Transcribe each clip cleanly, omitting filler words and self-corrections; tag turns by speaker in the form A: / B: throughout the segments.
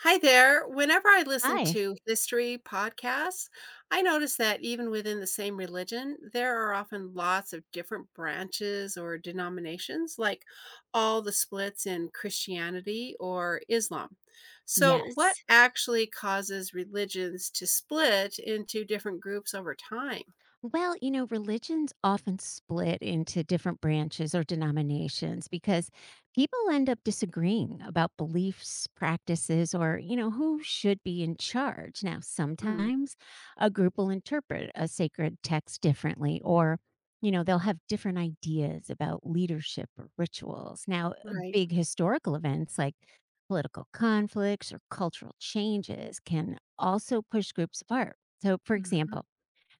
A: Hi there. Whenever I listen
B: Hi.
A: to history podcasts, I notice that even within the same religion, there are often lots of different branches or denominations, like all the splits in Christianity or Islam. So, what
B: Yes.
A: actually causes religions to split into different groups over time?
B: Well, you know, religions often split into different branches or denominations because people end up disagreeing about beliefs, practices, or, you know, who should be in charge. Now,
A: Mm,
B: sometimes a group will interpret a sacred text differently or you know, they'll have different ideas about leadership or rituals. Now,
A: right.
B: big historical events like political conflicts or cultural changes can also push groups apart. So, for
A: Hmm.
B: example,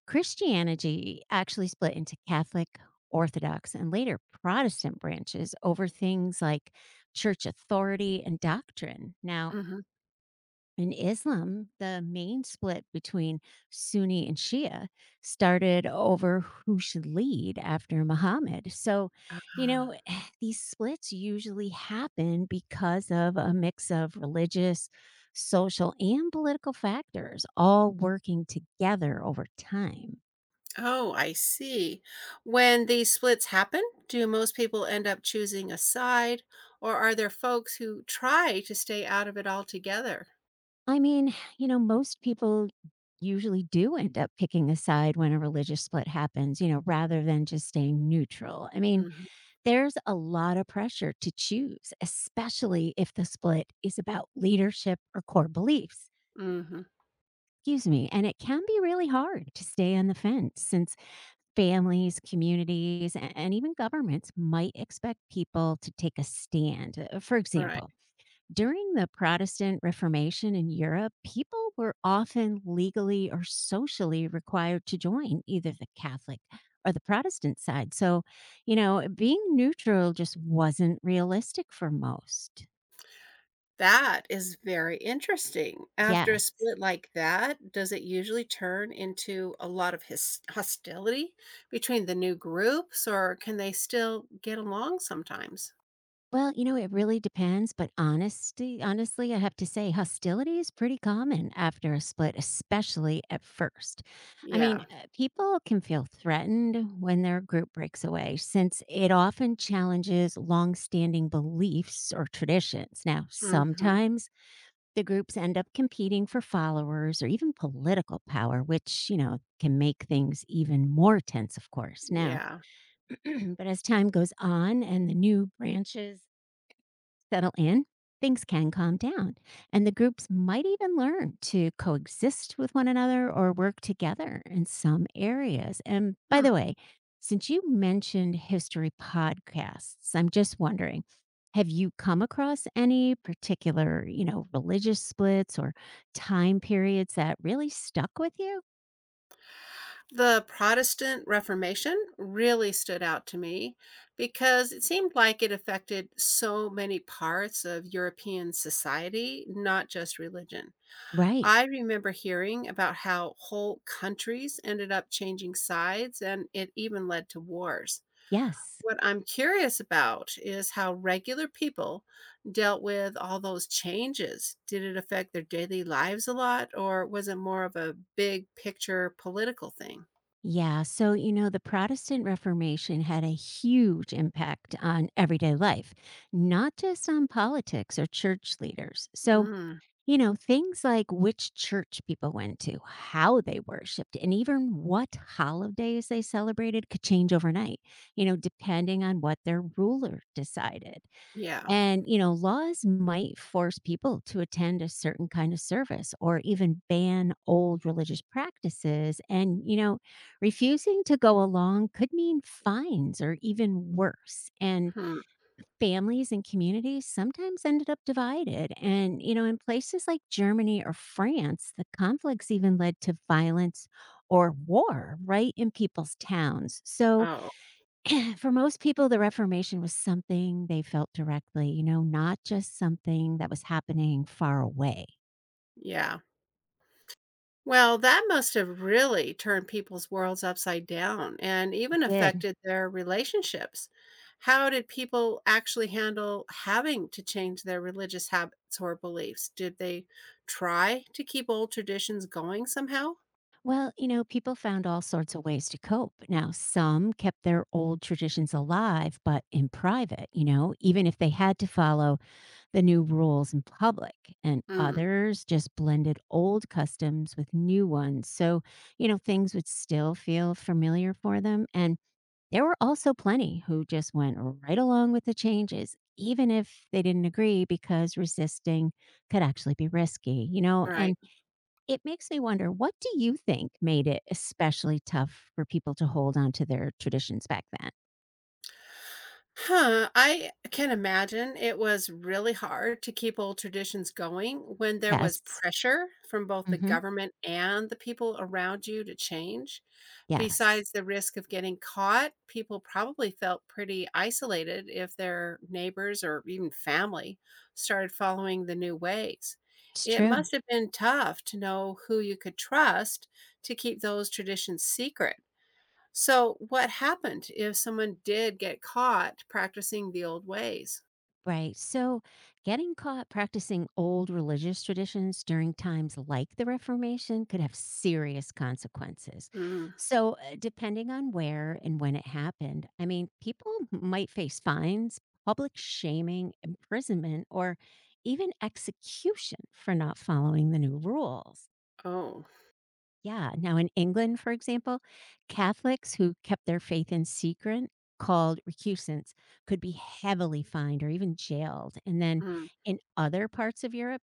B: Christianity actually split into Catholic, Orthodox, and later Protestant branches over things like church authority and doctrine. Now, in Islam, the main split between Sunni and Shia started over who should lead after Muhammad. So, you
A: Hmm.
B: know, these splits usually happen because of a mix of religious, social, and political factors all working together over time.
A: Oh, I see. When these splits happen, do most people end up choosing a side, or are there folks who try to stay out of it altogether?
B: I mean, you know, most people usually do end up picking a side when a religious split happens, you know, rather than just staying neutral. I mean,
A: Hmm.
B: there's a lot of pressure to choose, especially if the split is about leadership or core beliefs.
A: Hmm.
B: Excuse me. And it can be really hard to stay on the fence since families, communities, a- and even governments might expect people to take a stand. Uh, For
A: Right.
B: example, during the Protestant Reformation in Europe, people were often legally or socially required to join either the Catholic or the Protestant side. So, you know, being neutral just wasn't realistic for most.
A: That is very interesting. After a
B: Yes.
A: split like that, does it usually turn into a lot of hostility between the new groups, or can they still get along sometimes?
B: Well, you know, it really depends, but honesty honestly, I have to say hostility is pretty common after a split, especially at first. I mean,
A: Yeah.
B: people can feel threatened when their group breaks away since it often challenges long-standing beliefs or traditions. Now,
A: Hmm.
B: sometimes the groups end up competing for followers or even political power, which, you know, can make things even more tense, of course. Now,
A: Yeah.
B: but as time goes on and the new branches settle in, things can calm down, and the groups might even learn to coexist with one another or work together in some areas. And by
A: Hmm.
B: the way, since you mentioned history podcasts, I'm just wondering have you come across any particular, you know, religious splits or time periods that really stuck with you?
A: The Protestant Reformation really stood out to me because it seemed like it affected so many parts of European society, not just religion.
B: Right.
A: I remember hearing about how whole countries ended up changing sides and it even led to wars.
B: Yes.
A: What I'm curious about is how regular people dealt with all those changes. Did it affect their daily lives a lot, or was it more of a big picture political thing?
B: Yeah. So, you know, the Protestant Reformation had a huge impact on everyday life, not just on politics or church leaders. So,
A: Mm.
B: you know, things like which church people went to, how they worshiped, and even what holidays they celebrated could change overnight, you know, depending on what their ruler decided.
A: Yeah.
B: And, you know, laws might force people to attend a certain kind of service or even ban old religious practices. And, you know, refusing to go along could mean fines or even worse. And
A: Hmm.
B: families and communities sometimes ended up divided. And, you know, in places like Germany or France, the conflicts even led to violence or war right in people's towns. So,
A: Oh,
B: for most people, the Reformation was something they felt directly, you know, not just something that was happening far away.
A: yeah. Well, that must have really turned people's worlds upside down and
B: It
A: even
B: did.
A: affected their relationships. How did people actually handle having to change their religious habits or beliefs? Did they try to keep old traditions going somehow?
B: Well, you know, people found all sorts of ways to cope. Now, some kept their old traditions alive, but in private, you know, even if they had to follow the new rules in public. And
A: Mm,
B: others just blended old customs with new ones. So, you know, things would still feel familiar for them. And there were also plenty who just went right along with the changes, even if they didn't agree, because resisting could actually be risky, you know?
A: right.
B: And it makes me wonder what do you think made it especially tough for people to hold on to their traditions back then?
A: Huh. I can imagine it was really hard to keep old traditions going when there was
B: Yes.
A: pressure from both the
B: Hmm.
A: government and the people around you to change.
B: Yes.
A: Besides the risk of getting caught, people probably felt pretty isolated if their neighbors or even family started following the new ways.
B: It's
A: It
B: true.
A: must have been tough to know who you could trust to keep those traditions secret. So, what happened if someone did get caught practicing the old ways?
B: Right. So getting caught practicing old religious traditions during times like the Reformation could have serious consequences.
A: Mm.
B: So, depending on where and when it happened, I mean, people might face fines, public shaming, imprisonment, or even execution for not following the new rules.
A: Oh,
B: Yeah. Now, in England, for example, Catholics who kept their faith in secret, called recusants, could be heavily fined or even jailed. And then
A: mm.
B: in other parts of Europe,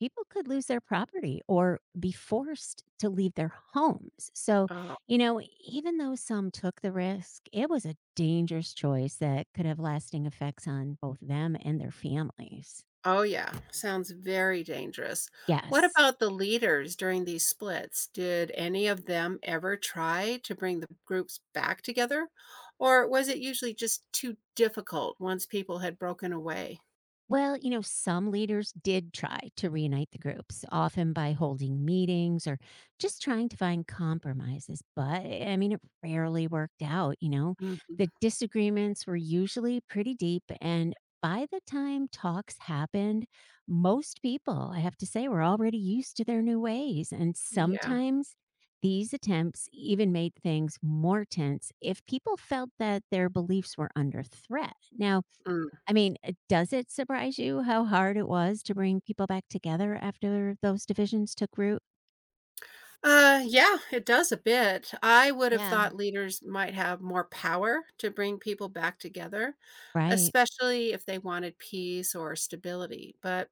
B: people could lose their property or be forced to leave their homes. So,
A: Oh.
B: you know, even though some took the risk, it was a dangerous choice that could have lasting effects on both them and their families.
A: Oh, yeah. Sounds very dangerous. What
B: Yes.
A: about the leaders during these splits? Did any of them ever try to bring the groups back together? Or was it usually just too difficult once people had broken away?
B: Well, you know, some leaders did try to reunite the groups, often by holding meetings or just trying to find compromises. But I mean, it rarely worked out, you know.
A: Hmm.
B: The disagreements were usually pretty deep. And by the time talks happened, most people, I have to say, were already used to their new ways. And
A: Yeah.
B: sometimes these attempts even made things more tense if people felt that their beliefs were under threat. Now, I mean, does it surprise you how hard it was to bring people back together after those divisions took root?
A: Yeah, it does a bit. I would have
B: Yeah.
A: thought leaders might have more power to bring people back together,
B: Right.
A: especially if they wanted peace or stability. But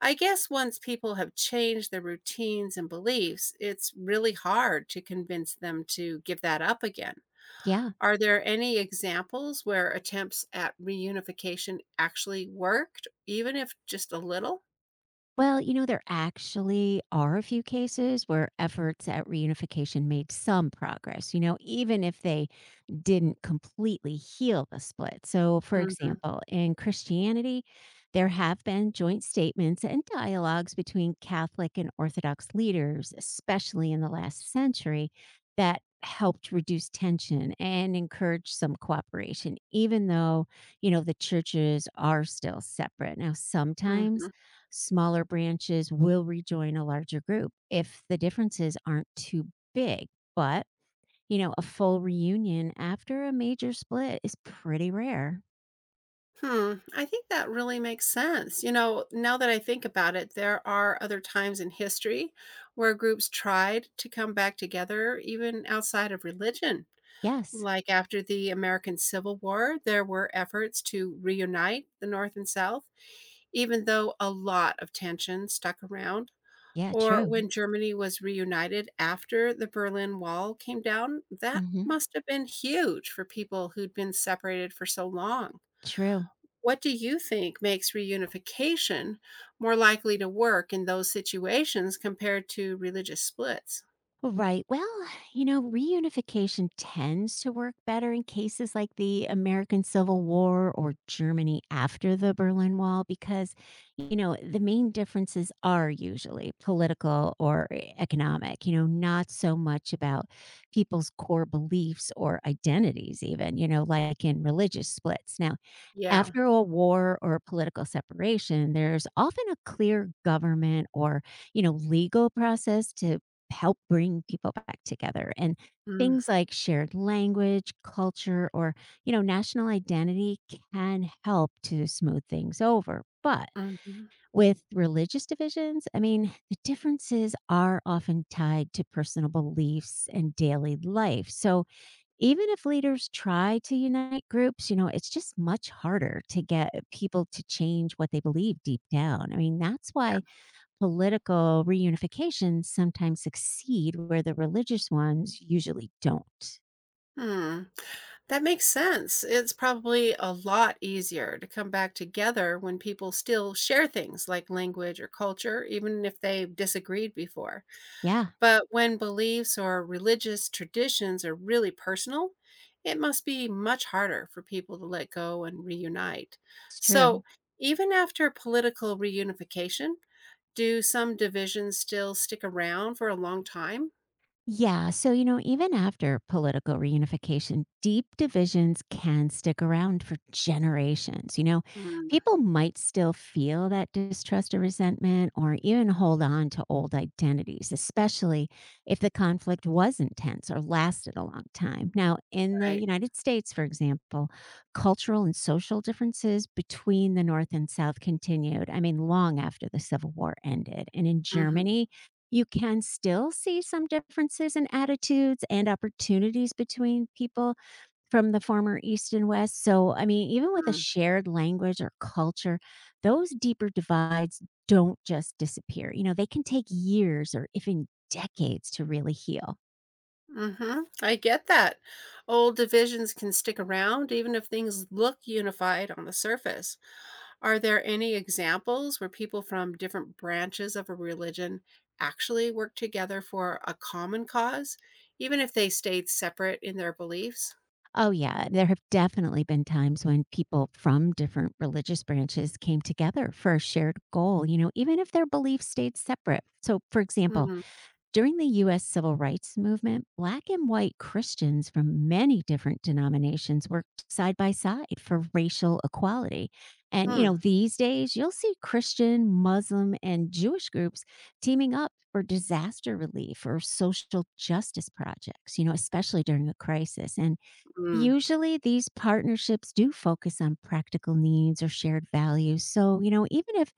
A: I guess once people have changed their routines and beliefs, it's really hard to convince them to give that up again.
B: Yeah.
A: Are there any examples where attempts at reunification actually worked, even if just a little?
B: Well, you know, there actually are a few cases where efforts at reunification made some progress, you know, even if they didn't completely heal the split. So, for
A: Hmm.
B: example, in Christianity, there have been joint statements and dialogues between Catholic and Orthodox leaders, especially in the last century, that helped reduce tension and encourage some cooperation, even though, you know, the churches are still separate. Now,
A: Hmm.
B: sometimes smaller branches will rejoin a larger group if the differences aren't too big. But you know, a full reunion after a major split is pretty rare.
A: Hmm, I think that really makes sense. Now that I think about it, there are other times in history where groups tried to come back together, even outside of religion.
B: Yes.
A: Like after the American Civil War, there were efforts to reunite the North and South, even though a lot of tension stuck around.
B: Yeah,
A: Or
B: true.
A: when Germany was reunited after the Berlin Wall came down, that
B: Hmm.
A: must have been huge for people who'd been separated for so long.
B: True.
A: What do you think makes reunification more likely to work in those situations compared to religious splits?
B: Right. Well, you know, reunification tends to work better in cases like the American Civil War or Germany after the Berlin Wall because, you know, the main differences are usually political or economic, you know, not so much about people's core beliefs or identities, even, you know, like in religious splits. Now,
A: Yeah.
B: after a war or political separation, there's often a clear government or, you know, legal process to help bring people back together. And
A: Mm,
B: things like shared language, culture, or, you know, national identity can help to smooth things over. But
A: mhm.
B: with religious divisions, I mean, the differences are often tied to personal beliefs and daily life. So, even if leaders try to unite groups, you know, it's just much harder to get people to change what they believe deep down. I mean, that's
A: Yeah.
B: why political reunifications sometimes succeed where the religious ones usually don't.
A: Hmm. That makes sense. It's probably a lot easier to come back together when people still share things like language or culture, even if they disagreed before.
B: Yeah,
A: But when beliefs or religious traditions are really personal, it must be much harder for people to let go and reunite.
B: it's true.
A: So, even after political reunification, do some divisions still stick around for a long time?
B: Yeah. So, you know, even after political reunification, deep divisions can stick around for generations. You know,
A: Mm,
B: people might still feel that distrust or resentment or even hold on to old identities, especially if the conflict was intense or lasted a long time. Now, in the
A: right.
B: United States, for example, cultural and social differences between the North and South continued, I mean, long after the Civil War ended. And in
A: Mm-hmm,
B: Germany, you can still see some differences in attitudes and opportunities between people from the former East and West. So, I mean, even with a
A: mm-hmm.
B: shared language or culture, those deeper divides don't just disappear. You know, they can take years or even decades to really heal.
A: Mm-hmm. I get that. Old divisions can stick around even if things look unified on the surface. Are there any examples where people from different branches of a religion actually work together for a common cause, even if they stayed separate in their beliefs?
B: Oh, yeah. There have definitely been times when people from different religious branches came together for a shared goal, you know, even if their beliefs stayed separate. So, for example,
A: Mm,
B: during the U.S. Civil Rights Movement, Black and white Christians from many different denominations worked side by side for racial equality. And, you
A: hmm,
B: know, these days you'll see Christian, Muslim, and Jewish groups teaming up for disaster relief or social justice projects, you know, especially during a crisis. And
A: mm.
B: usually, these partnerships do focus on practical needs or shared values. So, you know, even if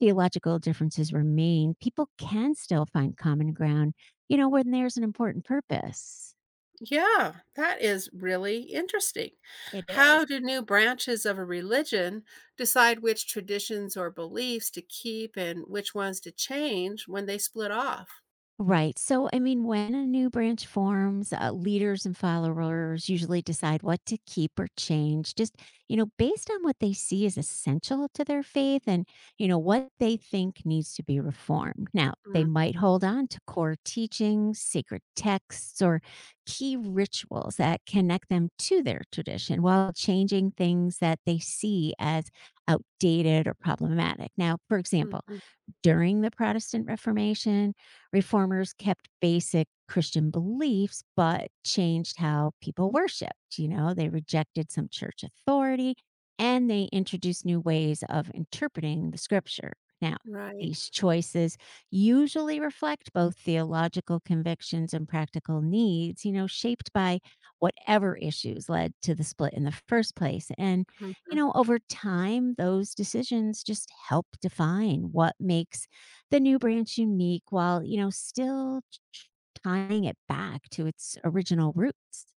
B: theological differences remain, people can still find common ground, you know, when there's an important purpose.
A: Yeah, that is really interesting.
B: It
A: How
B: is.
A: do new branches of a religion decide which traditions or beliefs to keep and which ones to change when they split off?
B: Right. So, I mean, when a new branch forms, leaders and followers usually decide what to keep or change, just, you know, based on what they see as essential to their faith and, you know, what they think needs to be reformed. Now, they
A: Mm,
B: might hold on to core teachings, sacred texts, or key rituals that connect them to their tradition while changing things that they see as outdated or problematic. Now, for example,
A: mhm.
B: during the Protestant Reformation, reformers kept basic Christian beliefs, but changed how people worshiped. You know, they rejected some church authority and they introduced new ways of interpreting the scripture. Now,
A: Right.
B: these choices usually reflect both theological convictions and practical needs, you know, shaped by whatever issues led to the split in the first place. And you
A: Mm-hmm.
B: know, over time, those decisions just help define what makes the new branch unique while, you know, still tying it back to its original roots.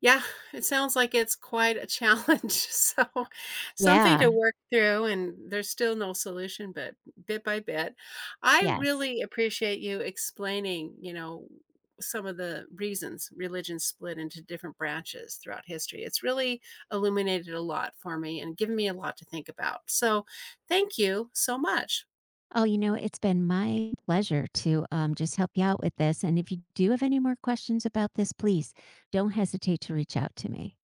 A: Yeah, it sounds like it's quite a challenge, so something
B: Yeah.
A: to work through, and there's still no solution, but bit by bit. I
B: Yes.
A: really appreciate you explaining, some of the reasons religion split into different branches throughout history. It's really illuminated a lot for me and given me a lot to think about. So, thank you so much.
B: Oh, you know, it's been my pleasure to just help you out with this. And if you do have any more questions about this, please don't hesitate to reach out to me.